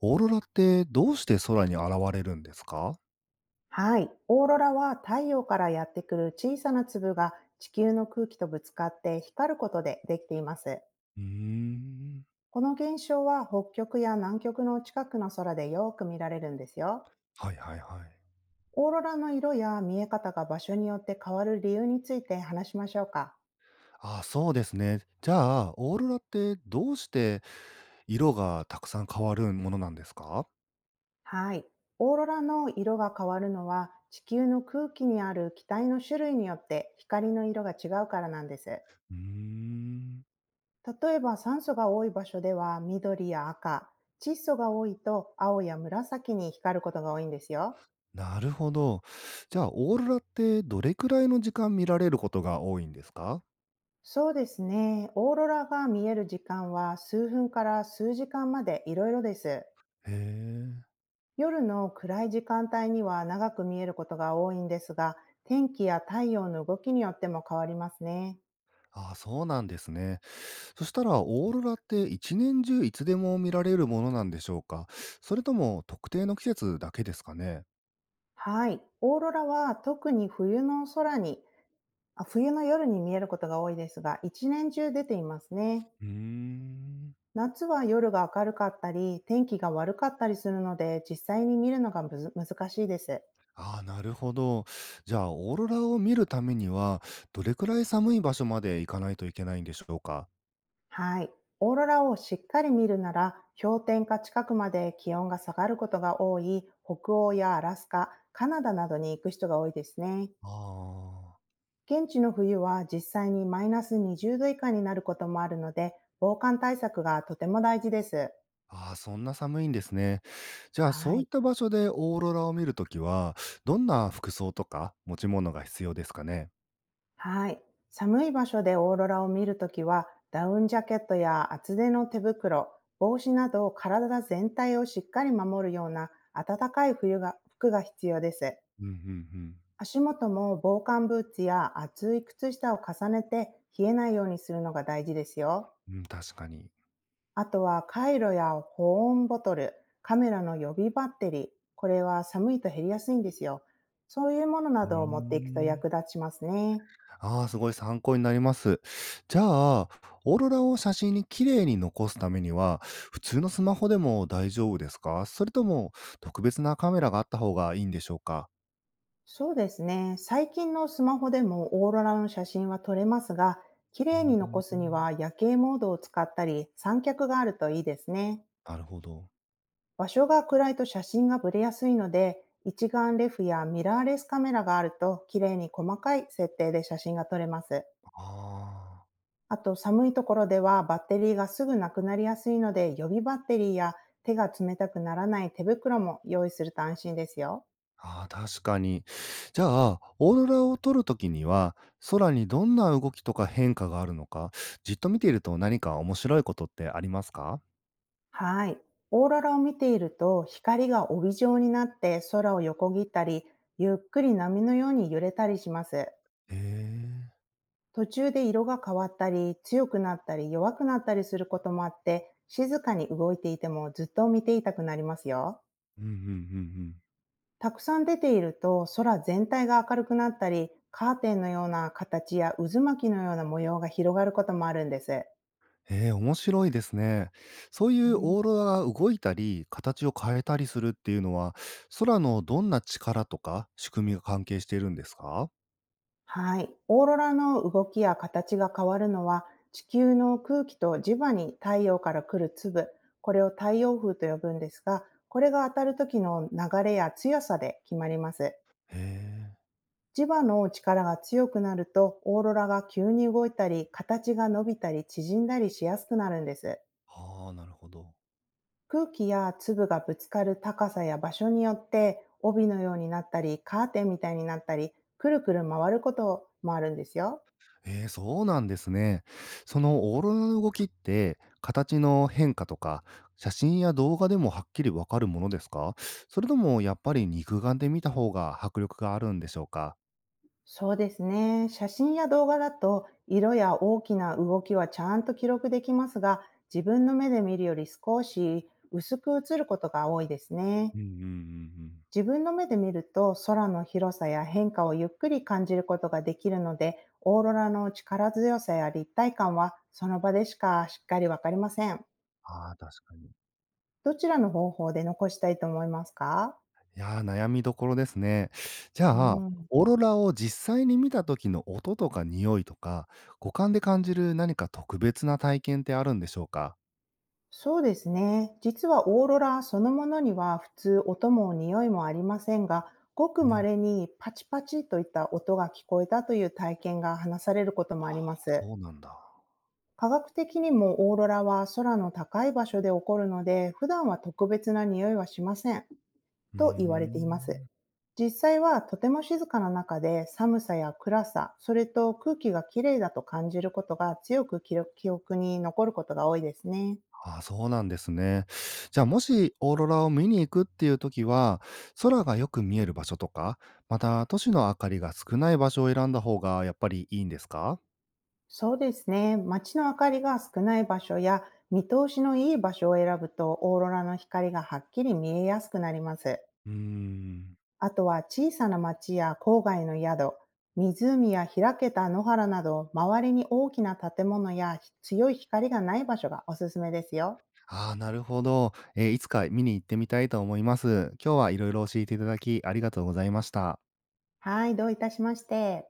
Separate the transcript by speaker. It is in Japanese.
Speaker 1: オーロラってどうして空に現れるんですか？
Speaker 2: はい。オーロラは太陽からやってくる小さな粒が地球の空気とぶつかって光ることでできています。
Speaker 1: うーん。
Speaker 2: この現象は北極や南極の近くの空でよく見られるんですよ。
Speaker 1: はいはいはい。
Speaker 2: オーロラの色や見え方が場所によって変わる理由について話しましょうか。
Speaker 1: あ、そうですね。じゃあ、オーロラってどうして色がたくさん変わるものなんですか？
Speaker 2: はい。オーロラの色が変わるのは、地球の空気にある気体の種類によって光の色が違うからなんです。
Speaker 1: うーん。
Speaker 2: 例えば、酸素が多い場所では緑や赤、窒素が多いと青や紫に光ることが多いんですよ。
Speaker 1: なるほど。じゃあ、オーロラってどれくらいの時間見られることが多いんですか？
Speaker 2: そうですね。オーロラが見える時間は、数分から数時間までいろいろです。
Speaker 1: へえ。
Speaker 2: 夜の暗い時間帯には長く見えることが多いんですが、天気や太陽の動きによっても変わりますね。
Speaker 1: ああ、そうなんですね。そしたらオーロラって一年中いつでも見られるものなんでしょうか？それとも特定の季節だけですかね？
Speaker 2: はい。オーロラは特に冬の空に、冬の夜に見えることが多いですが、一年中出ていますね。
Speaker 1: うーん。
Speaker 2: 夏は夜が明るかったり、天気が悪かったりするので、実際に見るのがむず難しいです。
Speaker 1: ああ、なるほど。じゃあ、オーロラを見るためには、どれくらい寒い場所まで行かないといけないんでしょうか？
Speaker 2: はい。オーロラをしっかり見るなら、氷点下近くまで気温が下がることが多い北欧やアラスカ、カナダなどに行く人が多いですね。
Speaker 1: ああ。
Speaker 2: 現地の冬は実際にマイナス20度以下になることもあるので、防寒対策がとても大事です。
Speaker 1: ああ、そんな寒いんですね。じゃあ、
Speaker 2: は
Speaker 1: そういっ
Speaker 2: い。
Speaker 1: た場所でオーロラを見るときは、どんな服装とか持ち物が必要ですかね？
Speaker 2: はい。寒い場所でオーロラを見るときは、ダウンジャケットや厚手の手袋、帽子など体全体をしっかり守るような暖かい冬が服が必要です。
Speaker 1: うんうんうん。
Speaker 2: 足元も防寒ブーツや厚い靴下を重ねて冷えないようにするのが大事ですよ。
Speaker 1: うん、確かに。
Speaker 2: あとは、カイロや保温ボトル、カメラの予備バッテリー、これは寒いと減りやすいんですよ。そういうもの
Speaker 1: う
Speaker 2: な
Speaker 1: ー
Speaker 2: どを持っていくと
Speaker 1: ん。
Speaker 2: 役立ちますね。
Speaker 1: ああ、すごい参考になります。じゃあ、オーロラを写真に綺麗に残すためには、普通のスマホでも大丈夫ですか、それとも、特別なカメラがあった方がいいんでしょうか？
Speaker 2: そうですね。最近のスマホでもオーロラの写真は撮れますが、綺
Speaker 1: う
Speaker 2: 麗に残
Speaker 1: ー
Speaker 2: すに
Speaker 1: ん
Speaker 2: は夜景モードを使ったり、三脚があるといいですね。
Speaker 1: なるほど。
Speaker 2: 場所が暗いと写真がブレやすいので、一眼レフやミラーレスカメラがあると綺麗に細かい設定で写真が撮れます。
Speaker 1: あー
Speaker 2: あと、寒いところではバッテリーがすぐなくなりやすいので、予備バッテリーや手が冷たくならない手袋も用意すると安心ですよ。
Speaker 1: あー、確かに。じゃあ、オーロラを撮るときには、空にどんな動きとか変化があるのか、じっと見ていると何か面白いことってありますか？
Speaker 2: はい。オーロラを見ていると、光が帯状になって空を横切ったり、ゆっくり波のように揺れたりします。
Speaker 1: へえ。
Speaker 2: 途中で色が変わったり、強くなったり、弱くなったりすることもあって、静かに動いていてもずっと見ていたくなりますよ。
Speaker 1: うんうんうんうん。
Speaker 2: たくさん出ていると、空全体が明るくなったり、カーテンのような形や渦巻きのような模様が広がることもあるんです。
Speaker 1: へえ、面白いですね。そうい
Speaker 2: う
Speaker 1: う
Speaker 2: ん。
Speaker 1: オーロラが動いたり、形を変えたりするっていうのは、空のどんな力とか仕組みが関係しているんですか？
Speaker 2: はい。オーロラの動きや形が変わるのは、地球の空気と磁場に太陽から来る粒、これを太陽風と呼ぶんですが、これが当たる時の流れや強さで決まります。
Speaker 1: へえ。
Speaker 2: 磁場の力が強くなると、オーロラが急に動いたり、形が伸びたり縮んだりしやすくなるんです。
Speaker 1: ああ、なるほど。
Speaker 2: 空気や粒がぶつかる高さや場所によって、帯のようになったり、カーテンみたいになったり、くるくる回ることもあるんですよ。
Speaker 1: ええ、そうなんですね。そのオーロラの動きって、形の変化とか、写真や動画でもはっきりわかるものですか？それともやっぱり肉眼で見た方が迫力があるんでしょうか？
Speaker 2: そうですね。写真や動画だと色や大きな動きはちゃんと記録できますが、自分の目で見るより少し薄く映ることが多いですね。
Speaker 1: うんうんうんうん。
Speaker 2: 自分の目で見ると空の広さや変化をゆっくり感じることができるので、オーロラの力強さや立体感はその場でしかしっかりわかりません。
Speaker 1: ああ、確かに。
Speaker 2: どちらの方法で残したいと思いますか？
Speaker 1: いやー、悩みどころですね。じゃ
Speaker 2: う
Speaker 1: あ、
Speaker 2: ん。
Speaker 1: オーロラを実際に見た時の音とか匂いとか、五感で感じる何か特別な体験ってあるんでしょうか？
Speaker 2: そうですね。実はオーロラそのものには普通音も匂いもありませんが、ごく
Speaker 1: え
Speaker 2: 稀
Speaker 1: ー、
Speaker 2: にパチパチといった音が聞こえたという体験が話されることもあります。
Speaker 1: そうなんだ。
Speaker 2: 科学的にもオーロラは空の高い場所で起こるので、普段は特別な匂いはしません
Speaker 1: うー
Speaker 2: と言われています。
Speaker 1: ん。
Speaker 2: 実際はとても静かな中で寒さや暗さ、それと空気がきれいだと感じることが強く記憶に残ることが多いですね。
Speaker 1: あ、そうなんですね。じゃあ、もしオーロラを見に行くっていう時は、空がよく見える場所とか、また都市の明かりが少ない場所を選んだ方がやっぱりいいんですか？
Speaker 2: そうですね。街の明かりが少ない場所や見通しのいい場所を選ぶと、オーロラの光がはっきり見えやすくなります。
Speaker 1: うーん。
Speaker 2: あとは、小さな町や郊外の宿、湖や開けた野原など周りに大きな建物や強い光がない場所がおすすめですよ。
Speaker 1: ああ、なるほど。いつか見に行ってみたいと思います。今日はいろいろ教えていただき、ありがとうございました。
Speaker 2: はい、どういたしまして。